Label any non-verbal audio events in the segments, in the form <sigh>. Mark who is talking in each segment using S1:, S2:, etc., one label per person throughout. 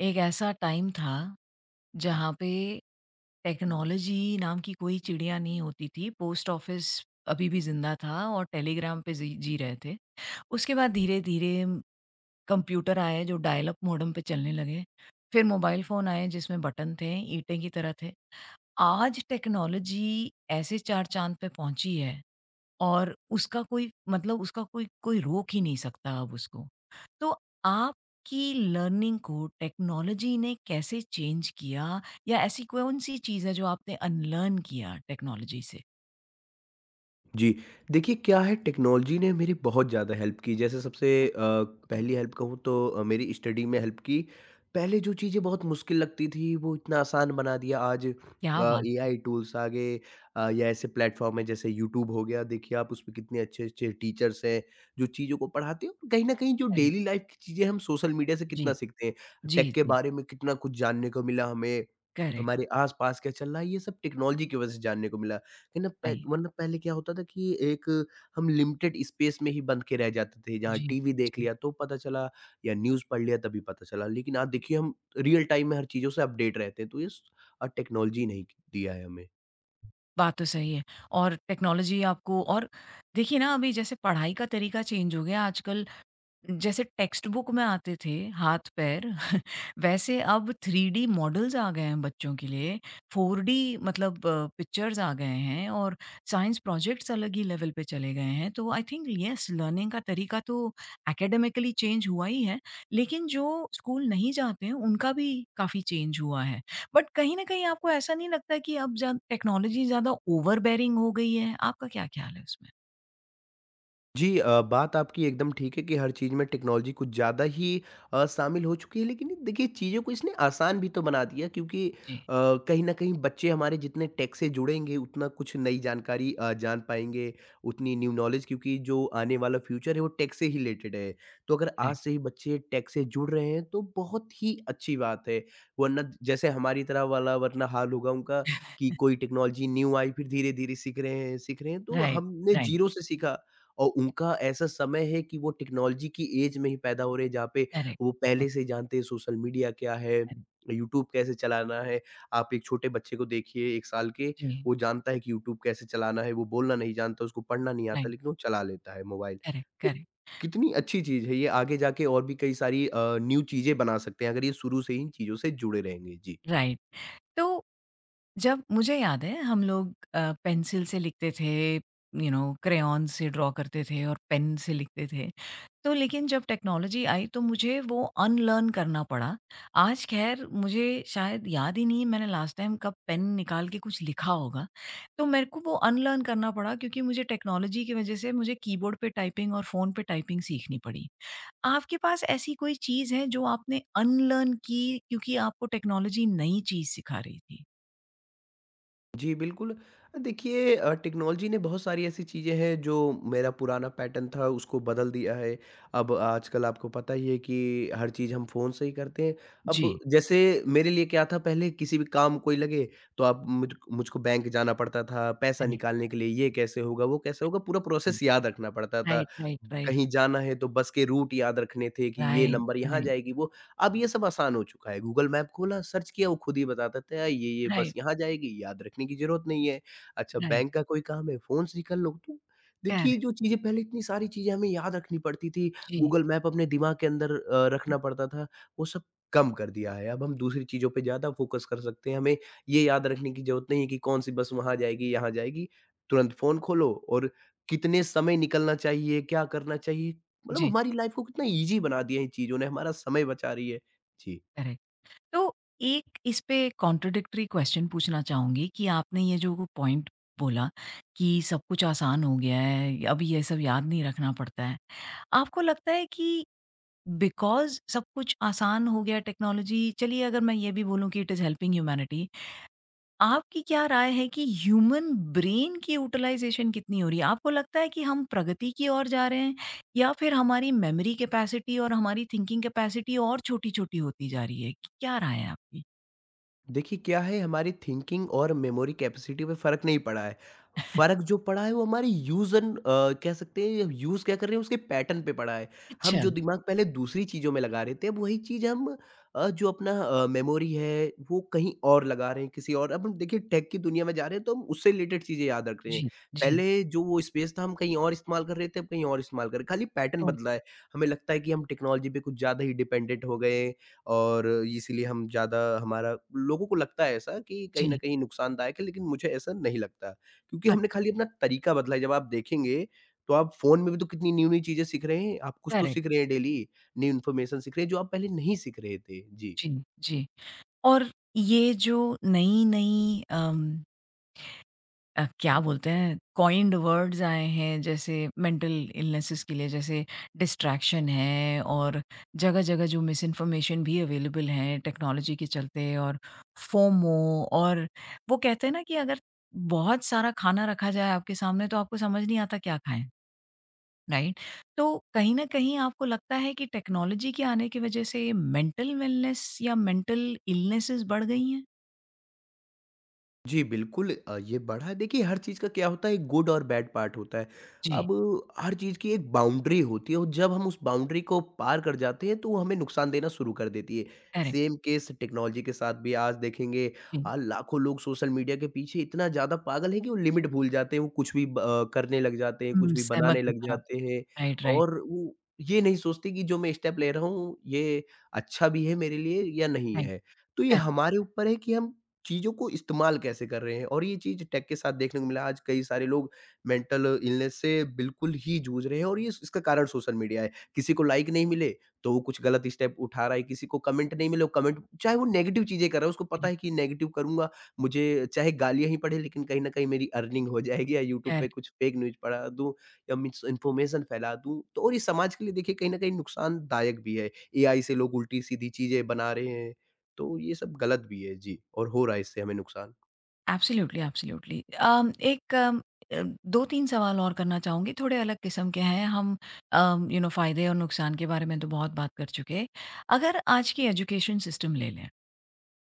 S1: एक ऐसा टाइम था जहाँ पे टेक्नोलॉजी नाम की कोई चिड़िया नहीं होती थी। पोस्ट ऑफ़िस अभी भी ज़िंदा था और टेलीग्राम पे जी जी रहे थे। उसके बाद धीरे-धीरे कंप्यूटर आए जो डायल अप मॉडेम पे चलने लगे। फिर मोबाइल फ़ोन आए जिसमें बटन थे, ईंटें की तरह थे। आज टेक्नोलॉजी ऐसे चार चाँद पे पहुँची है और उसका कोई मतलब उसका कोई कोई रोक ही नहीं सकता अब उसको। तो आपकी लर्निंग को टेक्नोलॉजी ने कैसे चेंज किया या ऐसी कौन-सी चीज़ है जो आपने अनलर्न किया टेक्नोलॉजी से?
S2: जी, देखिए क्या है, टेक्नोलॉजी ने मेरी बहुत ज़्यादा हेल्प की। जैसे सबसे
S1: अ ओके,
S2: पहली हेल्प कहूँ तो मेरी स्टडी में हेल्प की। पहले जो चीज़ें बहुत मुश्किल लगती थी, वो इतना आसान बना दिया। आज
S1: क्या बात है!
S2: एआई टूल्स आ गए, या ऐसे प्लेटफ़ॉर्म हैं जैसे यूट्यूब हो गया। देखिए आप उसमें, कितने अच्छे-अच्छे टीचर्स हैं, जो चीज़ों को पढ़ाते हैं। और कहीं न कहीं जो
S1: करेक्ट,
S2: डेली लाइफ़ की चीज़ें, हम सोशल मीडिया से कितना
S1: जी,
S2: सीखते हैं।
S1: जी,
S2: टेक के
S1: जी,
S2: बारे में कितना कुछ जानने को मिला हमें,
S1: करेक्ट,
S2: हमारे आस-पास क्या चल रहा है, ये सब टेक्नोलॉजी की वज़ह से जानने को मिला। कहीं न पह
S1: सही,
S2: वरना पहले क्या होता था, कि एक हम लिमिटेड स्पेस में ही बंद के रह जाते थे, जहाँ
S1: जी,
S2: टीवी देख
S1: जी।
S2: लिया तो पता चला, या न्यूज़ पढ़ लिया तभी पता चला। लेकिन आज देखिए, हम रियल टाइम में हर चीज़ों से अपडेट रहते हैं, तो टेक्नोलॉजी ने ही क दिया है हमें।
S1: बात तो सही है और टेक्नोलॉजी आपको और देखिए ना अभी जैसे पढ़ाई का तरीका चेंज हो गया आजकल जैसे टेक्स्ट बुक में आते थे हाथ पैर <laughs> वैसे अब 3D मॉडल्स आ गए हैं बच्चों के लिए, 4D मतलब पिक्चर्स आ गए हैं और साइंस प्रोजेक्ट्स अलग ही लेवल पे चले गए हैं। तो आई थिंक येस लर्निंग का तरीका तो एकेडमिकली चेंज हुआ ही है, लेकिन जो स्कूल नहीं जाते हैं उनका भी काफ़ी चेंज हुआ है। बट कहीं न कहीं आपको ऐसा नहीं लगता कि अब ज़्या टेक्नोलॉजी ज़्यादा ओवरबेयरिंग हो गई है? आपका क्या ख्याल है उसमें?
S2: जी बात आपकी एकदम ठीक है, कि हर चीज़ में टेक्नोलॉजी कुछ ज़्यादा ही शामिल हो चुकी है। लेकिन देखिए, चीज़ों को इसने आसान भी तो बना दिया, क्योंकि
S1: जी।
S2: कहीं न कहीं बच्चे हमारे जितने टेक से जुड़ेंगे, उतना कुछ नई जानकारी जान पाएँगे, उतनी न्यू नॉलेज। क्योंकि जो आने वाला फ्यूचर है वो टेक से ही रिलेटेड है। तो अगर आज
S1: राइट,
S2: से ही बच्चे टेक से जुड़ रहे हैं, तो बहुत ही अच्छी बात है। वरना जैसे हमारी तरह वाला वरना हाल होगा उनका, कि कोई टेक्नोलॉजी न्यू आई, फिर धीरे-धीरे सीख रहे हैं, सीख रहे हैं। तो
S1: राइट,
S2: हमने
S1: राइट,
S2: ज़ीरो से सीखा, और उनका ऐसा समय है कि वो टेक्नोलॉजी की एज में ही पैदा हो रहे हैं, जहाँ पे
S1: करेक्ट,
S2: वो पहले
S1: करेक्ट,
S2: से ही जानते हैं सोशल मीडिया क्या है,
S1: करेक्ट।
S2: यूट्यूब कैसे चलाना है। आप एक छोटे बच्चे को देखिए, 1 साल के।
S1: जी,
S2: वो जानता है कि यूट्यूब कैसे चलाना है, वो बोलना नहीं जानता, उसको पढ़ना नहीं आता,
S1: राइट,
S2: लेकिन वो चला लेता है मोबाइल।
S1: करेक्ट,
S2: तो
S1: करेक्ट,
S2: कितनी अच्छी चीज़ है ये, आगे जाके और भी कई सारी न्यू चीज़ें बना सकते हैं, अगर ये शुरू से ही इन चीज़ों से जुड़े रहेंगे। जी।
S1: राइट। तो जब मुझे याद है हम लोग पेंसिल से लिखते थे, यू नो क्रेयॉन से ड्रॉ करते थे और पेन से लिखते थे। तो लेकिन जब टेक्नोलॉजी आई तो मुझे वो अनलर्न करना पड़ा। आज ख़ैर मुझे शायद याद ही नहीं है मैंने लास्ट टाइम कब पेन निकाल के कुछ लिखा होगा। तो मेरे को वो अनलर्न करना पड़ा क्योंकि मुझे टेक्नोलॉजी की वज़ह से मुझे कीबोर्ड पे टाइपिंग और फ़ोन पे टाइपिंग सीखनी पड़ी। आपके पास ऐसी कोई चीज़ है जो आपने अनलर्न की क्योंकि आपको टेक्नोलॉजी नई चीज़ सिखा रही थी?
S2: जी, बिल्कुल। देखिए टेक्नोलॉजी ने बहुत सारी ऐसी चीज़ें हैं, जो मेरा पुराना पैटर्न था उसको बदल दिया है। अब आजकल आपको पता ही है कि हर चीज़ हम फ़ोन से ही करते हैं।
S1: जी।
S2: अब जैसे मेरे लिए क्या था, पहले किसी भी काम कोई लगे, तो आप मुझको बैंक जाना पड़ता था, पैसा
S1: करेक्ट,
S2: निकालने के लिए। ये कैसे होगा, वो कैसे होगा, पूरा
S1: करेक्ट।
S2: प्रोसेस याद रखना पड़ता था।
S1: राइट, राइट, राइट,
S2: कहीं जाना है तो बस के रूट याद रखने थे, कि ये
S1: राइट,
S2: नंबर यहाँ
S1: राइट,
S2: जाएगी, वो। अब ये सब आसान हो चुका है, गूगल मैप खोला, सर्च किया, वो खुद ही बता देता है, ये बस
S1: राइट,
S2: यहाँ जाएगी, याद रखने की ज़रूरत नहीं है। अच्छा
S1: राइट।
S2: बैंक का कोई काम है, फ़ोन से ही कर लो। तो देखिए,
S1: करेक्ट,
S2: जो चीज़ें पहले, इतनी सारी चीज़ें हमें याद रखनी पड़ती थी,
S1: जी।
S2: गूगल मैप अपने दिमाग के अंदर रखना पड़ता था, वो सब कम कर दिया है। अब हम दूसरी चीज़ों पे ज़्यादा फ़ोकस कर सकते हैं, हमें ये याद रखने की ज़रूरत नहीं है कि कौन-सी बस वहाँ जाएगी, यहाँ जाएगी। तुरंत फ़ोन खोलो, और कितने समय निकलना चाहिए, क्या करना चाहिए, मतलब
S1: जी,
S2: हमारी लाइफ को कितना ईज़ी बना दिया है इन चीज़ों ने, हमारा समय बचा रही है। जी।
S1: करेक्ट। तो एक इस पे कॉन्ट्राडिक्टरी क्वेश्चन पूछना चाहूँगी कि आपने ये जो पॉइंट बोला कि सब कुछ आसान हो गया है, अब ये सब याद नहीं रखना पड़ता है। आपको लगता है कि बिकॉज़ सब कुछ आसान हो गया टेक्नोलॉजी चलिए अगर मैं ये भी बोलूँ कि इट इज़ हेल्पिंग ह्यूमैनिटी, आपकी क्या राय है कि ह्यूमन ब्रेन की यूटिलाइज़ेशन कितनी हो रही है? आपको लगता है कि हम प्रगति की ओर जा रहे हैं या फिर हमारी मेमोरी कैपेसिटी और हमारी थिंकिंग कैपेसिटी और छोटी-छोटी होती जा रही है? क्या राय है आपकी?
S2: देखिए क्या है, हमारी थिंकिंग और मेमोरी कैपेसिटी पे फ़र्क नहीं पड़ा है। फ़र्क जो पड़ा है, वो हमारी यूज़ एंड कह सकते हैं, यूज़ क्या कर रहे हैं उसके पैटर्न पे पड़ा है। हम
S1: अच्छा,
S2: जो दिमाग पहले दूसरी चीज़ों में लगा रहे थे, अब वही चीज़ हम जो अपना मेमोरी है, वो कहीं और लगा रहे हैं, किसी और। अब हम देखिए टेक की दुनिया में जा रहे हैं, तो हम उससे रिलेटेड चीज़ें याद रख रहे हैं।
S1: जी, जी,
S2: पहले जो वो स्पेस था, हम कहीं और इस्तेमाल कर रहे थे, अब कहीं और इस्तेमाल कर रहे हैं। खाली पैटर्न
S1: करेक्ट,
S2: बदला है। हमें लगता है कि हम टेक्नोलॉजी पे कुछ ज़्यादा ही डिपेंडेंट हो गए, और इसीलिए हम ज़्यादा, हमारा, लोगों को लगता है ऐसा कि कहीं न
S1: जी।
S2: कहीं नुकसानदायक है, लेकिन मुझे ऐसा नहीं लगता। क्योंकि
S1: अ,
S2: हमने खाली अपना तरीका बदला है। जब आप देखेंगे, तो आप फ़ोन में भी तो कितनी न्यू-न्यू चीज़ें सीख रहे हैं, आप कुछ तो सीख रहे
S1: करेक्ट,
S2: हैं डेली, न्यू इन्फॉर्मेशन सीख रहे हैं जो आप पहले नहीं सीख रहे थे। जी।
S1: जी, जी। और ये जो नई-नई क्या बोलते हैं कॉइन्ड वर्ड्स आए हैं जैसे मेंटल इलनेसेस के लिए जैसे डिस्ट्रैक्शन है और जगह-जगह जो मिस इन्फॉर्मेशन भी अवेलेबल है टेक्नोलॉजी के चलते और फोमो और वो कहते हैं ना कि अगर बहुत सारा खाना रखा जाए आपके सामने तो आपको समझ नहीं आता क्या खाएँ, राइट? तो कहीं न कहीं आपको लगता है कि टेक्नोलॉजी के आने की वजह से मेंटल वेलनेस या मेंटल इलनेसेस बढ़ गई हैं?
S2: जी, बिल्कुल ये बढ़ा। देखिए हर चीज़ का क्या होता है, एक गुड और बैड पार्ट होता है।
S1: जी,
S2: अब हर चीज़ की एक बाउंड्री होती है, और जब हम उस बाउंड्री को पार कर जाते हैं, तो वो हमें नुकसान देना शुरू कर देती है।
S1: करेक्ट,
S2: सेम केस टेक्नोलॉजी के साथ भी। आज देखेंगे
S1: जी।
S2: लाखों लोग सोशल मीडिया के पीछे इतना ज़्यादा पागल हैं, कि वो लिमिट भूल जाते हैं, वो कुछ भी करने लग जाते हैं, कुछ
S1: हुँ,
S2: भी
S1: सहमत
S2: बनाने
S1: हूँ
S2: लग
S1: मैं आप
S2: जाते हैं।
S1: राइट, राइट,
S2: और वो ये नहीं सोचते कि जो मैं स्टेप ले रहा हूँ, ये अच्छा भी है मेरे लिए या नहीं
S1: राइट।
S2: है। तो ये
S1: करेक्ट,
S2: हमारे ऊपर है कि हम चीज़ों को इस्तेमाल कैसे कर रहे हैं। और ये चीज़ टेक के साथ देखने को मिला। आज कई सारे लोग मेंटल इलनेस से बिल्कुल ही जूझ रहे हैं, और ये इसका कारण सोशल मीडिया है। किसी को लाइक नहीं मिले, तो वो कुछ गलत स्टेप उठा रहा है। किसी को कमेंट नहीं मिले, वो कमेंट चाहे, वो नेगेटिव चीज़ें कर रहा है। उसको पता
S1: करेक्ट,
S2: है कि नेगेटिव करूँगा, मुझे चाहे गालियाँ ही पड़े, लेकिन कहीं न कहीं मेरी अर्निंग हो जाएगी, या यूट्यूब पे
S1: करेक्ट,
S2: कुछ फेक न्यूज़ पढ़ा दूँ, या मिसइन्फॉर्मेशन फैला दूँ। तो, और ये समाज के लिए देखिए कहीं न कहीं नुकसानदायक भी है। एआई से लोग उल्टी-सीधी चीज़ें बना रहे हैं। तो ये सब गलत भी है जी, और हो रहा है इससे हमें नुकसान।
S1: Absolutely, absolutely. अम, एक अम, अ, 2-3 सवाल और करना चाहूँगी, थोड़े अलग किस्म के हैं। यू नो फ़ायदे और नुकसान के बारे में तो बहुत बात कर चुके। अगर आज की एजुकेशन सिस्टम ले लें,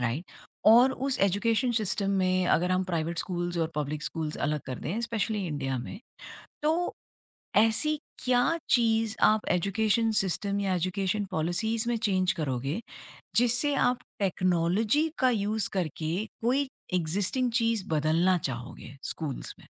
S1: राइट? और उस एजुकेशन सिस्टम में अगर हम प्राइवेट स्कूल्स और पब्लिक स्कूल्स अलग कर दें, स्पेशली इंडिया में, तो ऐसी क्या चीज़ आप एजुकेशन सिस्टम या एजुकेशन पॉलिसीज़ में चेंज करोगे जिससे आप टेक्नोलॉजी का यूज़ करके कोई एग्ज़िस्टिंग चीज़ बदलना चाहोगे स्कूल्स में?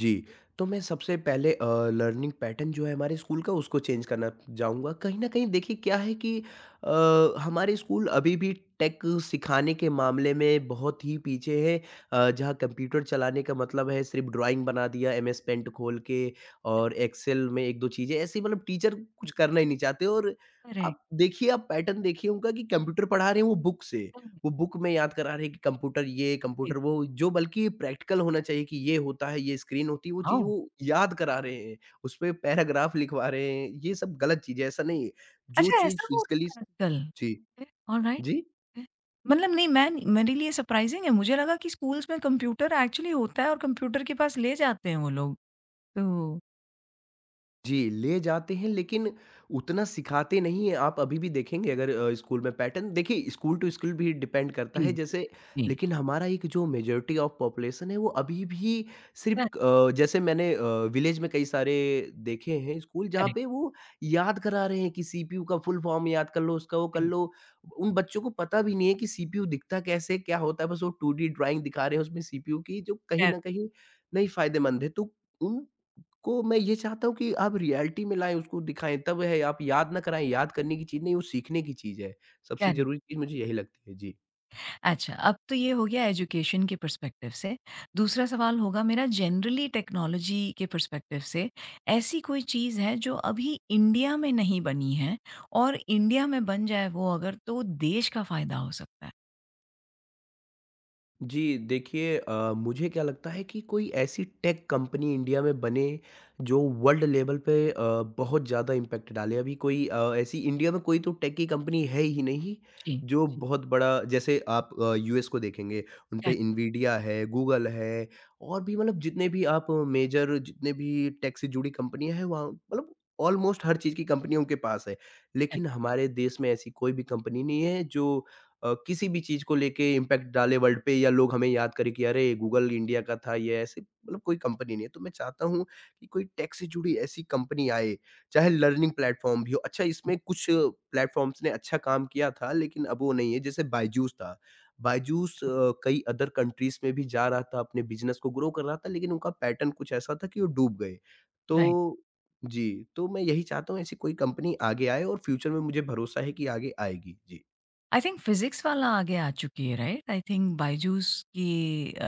S2: जी, तो मैं सबसे पहले लर्निंग पैटर्न जो है हमारे स्कूल का, उसको चेंज करना जाऊँगा। कहीं न कहीं देखिए क्या है, कि हमारे स्कूल अभी भी टेक सिखाने के मामले में बहुत ही पीछे है। जहाँ कंप्यूटर चलाने का मतलब है, सिर्फ़ ड्राइंग बना दिया एमएस पेंट खोल के, और एक्सेल में 1-2 चीज़ें ऐसी, मतलब टीचर कुछ
S1: हुँ।
S2: करना ही नहीं चाहते। और
S1: करेक्ट,
S2: आप देखिए, आप पैटर्न देखिए उनका, कि कंप्यूटर पढ़ा रहे हैं वो बुक से।
S1: ओके,
S2: वो बुक में याद करा रहे हैं कि कंप्यूटर ये, कंप्यूटर वो, जो बल्कि प्रैक्टिकल होना चाहिए, कि ये होता है, ये स्क्रीन होती है, वो चीज़,
S1: वाओ!
S2: वो याद करा रहे हैं। उसपे पैराग्राफ लिखवा रहे हैं, ये सब गलत चीज़ है, ऐसा नहीं है। जो
S1: अच्छा
S2: चीज़
S1: ऐसा
S2: फिज़िकली,
S1: होता है आजकल।
S2: जी,
S1: फिर ऑलराइट,
S2: जी?
S1: फिर? मतलब नहीं मैं मेरे लिए सरप्राइज़िंग है, मुझे लगा कि स्कूल्स में कंप्यूटर एक्चुअली होता है और कंप्यूटर के पास ले जाते हैं वो लोग, तो
S2: जी, ले जाते हैं, लेकिन उतना सिखाते नहीं हैं। आप अभी भी देखेंगे, अगर स्कूल में पैटर्न देखिए, स्कूल टू स्कूल भी डिपेंड करता
S1: जी,
S2: है
S1: जी,
S2: जैसे,
S1: जी।
S2: लेकिन हमारा एक जो मेजॉरिटी ऑफ पॉपुलेशन है, वो अभी भी
S1: क
S2: सिर्फ़ जैसे मैंने विलेज में कई सारे देखे हैं स्कूल, जहाँ
S1: करेक्ट,
S2: पे वो याद करा रहे हैं कि सीपीयू का फुल फॉर्म याद कर लो, उसका वो कर
S1: राइट,
S2: लो। उन बच्चों को पता भी नहीं है कि सीपीयू दिखता कैसे है, क्या होता है? बस वो 2D ड्राइंग दिखा रहे हैं, उसमें सीपीयू की, जो कहीं
S1: कर
S2: न कहीं नहीं फ़ायदेमंद है। तो उन को मैं ये चाहता हूँ कि आप रियलिटी में लाएँ, उसको दिखाएँ, तब है। आप याद ना कराएँ, याद करने की चीज़ नहीं, वो सीखने की चीज़ है। सबसे
S1: कर
S2: ज़रूरी चीज़ मुझे यही लगती है। जी।
S1: अच्छा, अब तो ये हो गया एजुकेशन के पर्सपेक्टिव से। दूसरा सवाल होगा मेरा जनरली टेक्नोलॉजी के पर्सपेक्टिव से, ऐसी कोई चीज़ है जो अभी इंडिया में नहीं बनी है और इंडिया में बन जाए वो अगर तो देश का फ़ायदा हो सकता है?
S2: जी, देखिए मुझे क्या लगता है, कि कोई ऐसी टेक कंपनी इंडिया में बने, जो वर्ल्ड लेवल पे बहुत ज़्यादा इम्पैक्ट डाले। अभी कोई ऐसी इंडिया में कोई तो टेक की कंपनी है ही नहीं,
S1: जी,
S2: जो
S1: जी।
S2: बहुत बड़ा। जैसे आप यूएस को देखेंगे, उन पे
S1: करेक्ट,
S2: इनवीडिया है, गूगल है, और भी मतलब जितने भी आप मेजर, जितने भी टेक से जुड़ी कंपनियाँ हैं, वहाँ मतलब ऑलमोस्ट हर चीज़ की कंपनी उनके पास है। लेकिन
S1: करेक्ट,
S2: हमारे देश में ऐसी कोई भी कंपनी नहीं है, जो किसी भी चीज़ को लेके इम्पैक्ट डाले वर्ल्ड पे, या लोग हमें याद करें कि अरे गूगल इंडिया का था ये, ऐसे मतलब कोई कंपनी नहीं है। तो मैं चाहता हूँ कि कोई टेक से जुड़ी ऐसी कंपनी आए, चाहे लर्निंग प्लेटफ़ॉर्म भी हो। अच्छा इसमें कुछ प्लेटफ़ॉर्म्स ने अच्छा काम किया था, लेकिन अब वो नहीं है, जैसे बायजूस था। बायजूस कई अदर कंट्रीज़ में भी जा रहा था, अपने बिज़नेस को ग्रो कर रहा था, लेकिन उनका पैटर्न कुछ ऐसा था कि वो डूब गए।
S1: राइट।
S2: तो जी, तो मैं यही चाहता हूँ, ऐसी कोई कंपनी आगे आए, और फ्यूचर में मुझे भरोसा है कि आगे आएगी। जी।
S1: आई थिंक फिज़िक्स वाला आगे आ चुकी है राइट? आई थिंक बायजूस की अ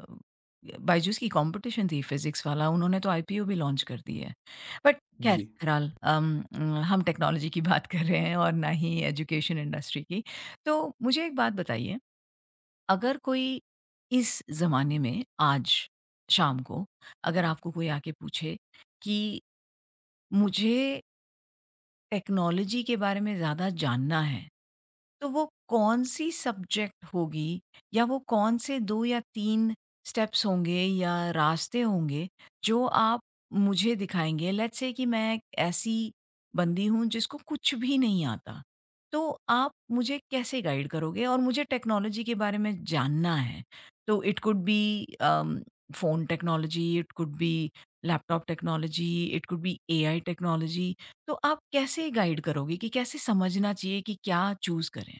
S1: अ, बायजूस की कॉम्पिटिशन थी फिज़िक्स वाला उन्होंने तो आईपीओ भी लॉन्च कर दी है। बट ख़ैर
S2: जी।
S1: बहरहाल हम टेक्नोलॉजी की बात कर रहे हैं और ना ही एजुकेशन इंडस्ट्री की। तो मुझे एक बात बताइए, अगर कोई इस ज़माने में आज शाम को अगर आपको कोई आके पूछे कि मुझे टेक्नोलॉजी के बारे में ज़्यादा जानना है। तो वो कौन-सी सब्जेक्ट होगी या वो कौन से 2 या 3 स्टेप्स होंगे या रास्ते होंगे जो आप मुझे दिखाएँगे? लेट्स से कि मैं एक ऐसी बंदी हूँ जिसको कुछ भी नहीं आता, तो आप मुझे कैसे गाइड करोगे? और मुझे टेक्नोलॉजी के बारे में जानना है, तो it could be phone technology, it could be laptop technology, it could be AI technology तो आप कैसे गाइड करोगे कि कैसे समझना चाहिए कि क्या चूज़ करें?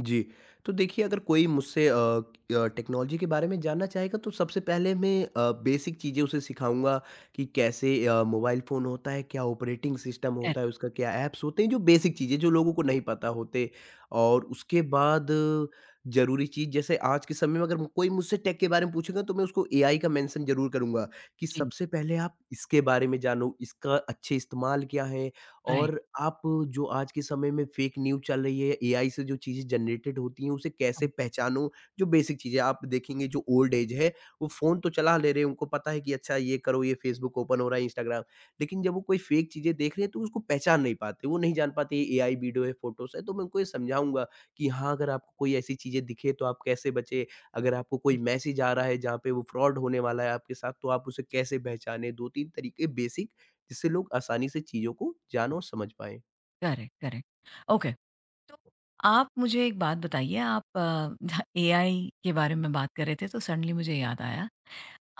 S2: जी, तो देखिए, अगर कोई मुझसे टेक्नोलॉजी के बारे में जानना चाहेगा, तो सबसे पहले मैं बेसिक चीज़ें उसे सिखाऊँगा, कि कैसे मोबाइल फ़ोन होता है, क्या ऑपरेटिंग सिस्टम होता
S1: करेक्ट,
S2: है, उसका क्या ऐप्स होते हैं, जो बेसिक चीज़ें जो लोगों को नहीं पता होते। और उसके बाद ज़रूरी चीज़, जैसे आज के समय में अगर कोई मुझसे टेक के बारे में पूछेगा, तो मैं उसको एआई का मेंशन ज़रूर करूँगा, कि
S1: जी,
S2: सबसे पहले आप इसके बारे में जानो, इसका अच्छे इस्तेमाल क्या है,
S1: राइट,
S2: और आप, जो आज के समय में फेक न्यूज़ चल रही है, एआई से जो चीज़ें जनरेटेड होती हैं, उसे कैसे
S1: हाँ,
S2: पहचानो? जो बेसिक चीज़ें आप देखेंगे, जो ओल्ड एज है, वो फ़ोन तो चला ले रहे हैं, उनको पता है कि अच्छा ये करो, ये फेसबुक ओपन हो रहा है, इंस्टाग्राम। लेकिन जब वो कोई फेक चीज़ें देख रहे हैं, तो उसको पहचान नहीं पाते, वो नहीं जान पाते ये एआई वीडियो है, फ़ोटोज़ है। तो मैं उनको ये समझाऊँगा, कि हाँ, अगर आपको कोई ऐसी चीज़ें दिखे, तो आप कैसे बचें? अगर आपको कोई
S1: राइट,
S2: मैसेज आ रहा है, जहाँ पे वो फ्रॉड होने वाला है आपके साथ, तो आप उसे कैसे पहचानें? 2-3 तरीके बेसिक, जिससे लोग आसानी से चीज़ों को जान
S1: राइट,
S2: और समझ पाएँ।
S1: Correct, correct. ओके, तो आप मुझे एक बात बताइए <laughs> एआई के बारे में बात कर रहे थे तो सडनली मुझे याद आया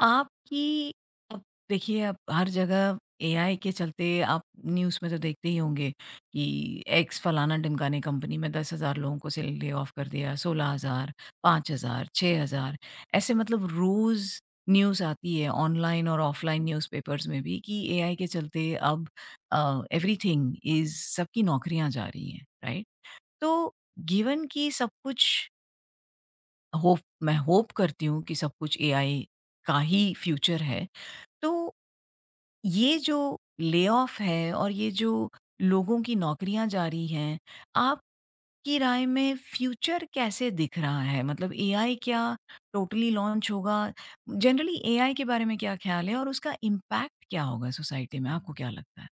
S1: आपकी अब देखिए, अब हर जगह एआई के चलते आप न्यूज़ में तो देखते ही होंगे कि एक्स फलाना ढिमकाने कंपनी में 10,000 लोगों को से ले ऑफ कर दिया, 16,000, 5,000, 6,000 ऐसे मतलब रोज़ न्यूज़ आती है ऑनलाइन और ऑफलाइन न्यूज़पेपर्स में भी कि एआई के चलते अब एवरीथिंग इज़ सबकी नौकरियाँ जा रही हैं, राइट? तो गिवन कि सब कुछ होप मैं होप करती हूँ कि सब कुछ एआई का ही फ्यूचर है। तो ये जो ले-ऑफ है और ये जो लोगों की नौकरियाँ जा रही हैं, आपकी राय में फ्यूचर कैसे दिख रहा है? मतलब एआई क्या टोटली लॉन्च होगा? जनरली एआई के बारे में क्या ख़्याल है और उसका इम्पैक्ट क्या होगा सोसाइटी में, आपको क्या लगता है?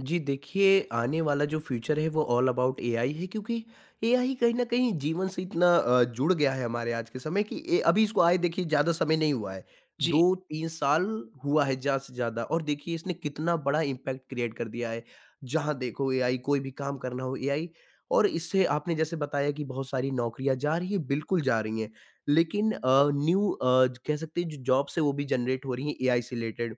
S2: जी देखिए, आने वाला जो फ्यूचर है, वो ऑल अबाउट एआई है। क्योंकि एआई कहीं न कहीं जीवन से इतना जुड़ गया है हमारे आज के समय, कि ए अभी इसको आए देखिए ज़्यादा समय नहीं हुआ है।
S1: जी,
S2: 2-3 साल हुआ है ज़्यादा से ज़्यादा, और देखिए इसने कितना बड़ा इम्पैक्ट क्रिएट कर दिया है। जहाँ देखो एआई, कोई भी काम करना हो एआई। और इससे आपने जैसे बताया कि बहुत सारी नौकरियाँ जा रही हैं, बिल्कुल जा रही हैं। लेकिन न्यू कह सकते हैं, जो जॉब्स है वो भी जनरेट हो रही हैं, एआई से रिलेटेड।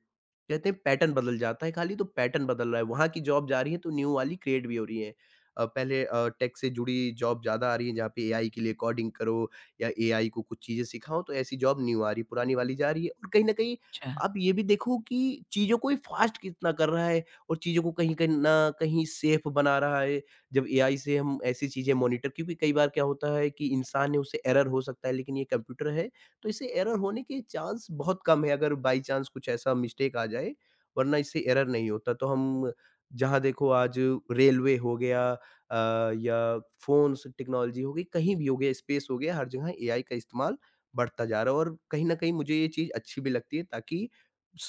S2: कहते हैं पैटर्न बदल जाता है खाली, तो पैटर्न बदल रहा है, वहाँ की जॉब जा रही है, तो न्यू वाली क्रिएट भी हो रही है। पहले टेक से जुड़ी जॉब ज़्यादा आ रही है, जहाँ पे एआई के लिए कोडिंग करो, या एआई को कुछ चीज़ें सिखाओ, तो ऐसी जॉब न्यू आ रही है, पुरानी वाली जा रही है। और कहीं न कहीं
S1: अच्छा।
S2: आप ये भी देखो, कि चीज़ों को ये फ़ास्ट कितना कर रहा है, और चीज़ों को कहीं कहीं न कहीं सेफ बना रहा है। जब एआई से हम ऐसी चीज़ें मॉनिटर, क्योंकि कई बार क्या होता है कि इंसान है, उससे एरर हो सकता है, लेकिन ये कंप्यूटर है, तो इससे एरर होने के चांस बहुत कम है। अगर बाई चांस कुछ ऐसा मिस्टेक आ जाए, वरना इससे एरर नहीं होता। तो हम जहाँ देखो, आज रेलवे हो गया, या फ़ोन्स टेक्नोलॉजी हो गई, कहीं भी हो गया, स्पेस हो गया, हर जगह एआई का इस्तेमाल बढ़ता जा रहा है। और कहीं न कहीं मुझे ये चीज़ अच्छी भी लगती है, ताकि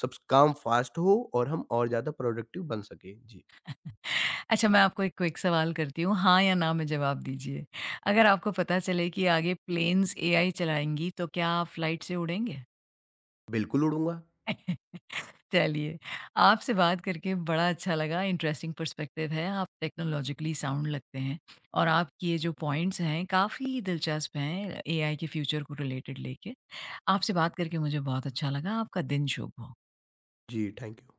S2: सब काम फ़ास्ट हो, और हम और ज़्यादा प्रोडक्टिव बन सकें। जी,
S1: अच्छा मैं आपको एक क्विक सवाल करती हूँ, हाँ या ना में जवाब दीजिए। अगर आपको पता चले कि आगे प्लेन्स एआई चलाएँगी, तो क्या आप फ्लाइट से उड़ेंगे?
S2: बिल्कुल उड़ूँगा।
S1: <laughs> चलिए, आपसे बात करके बड़ा अच्छा लगा, इंटरेस्टिंग पर्सपेक्टिव है, आप टेक्नोलॉजिकली साउंड लगते हैं और आपके ये जो पॉइंट्स हैं, काफ़ी दिलचस्प हैं एआई के फ्यूचर को रिलेटेड लेके। आपसे बात करके मुझे बहुत अच्छा लगा, आपका दिन शुभ हो।
S2: जी, थैंक यू।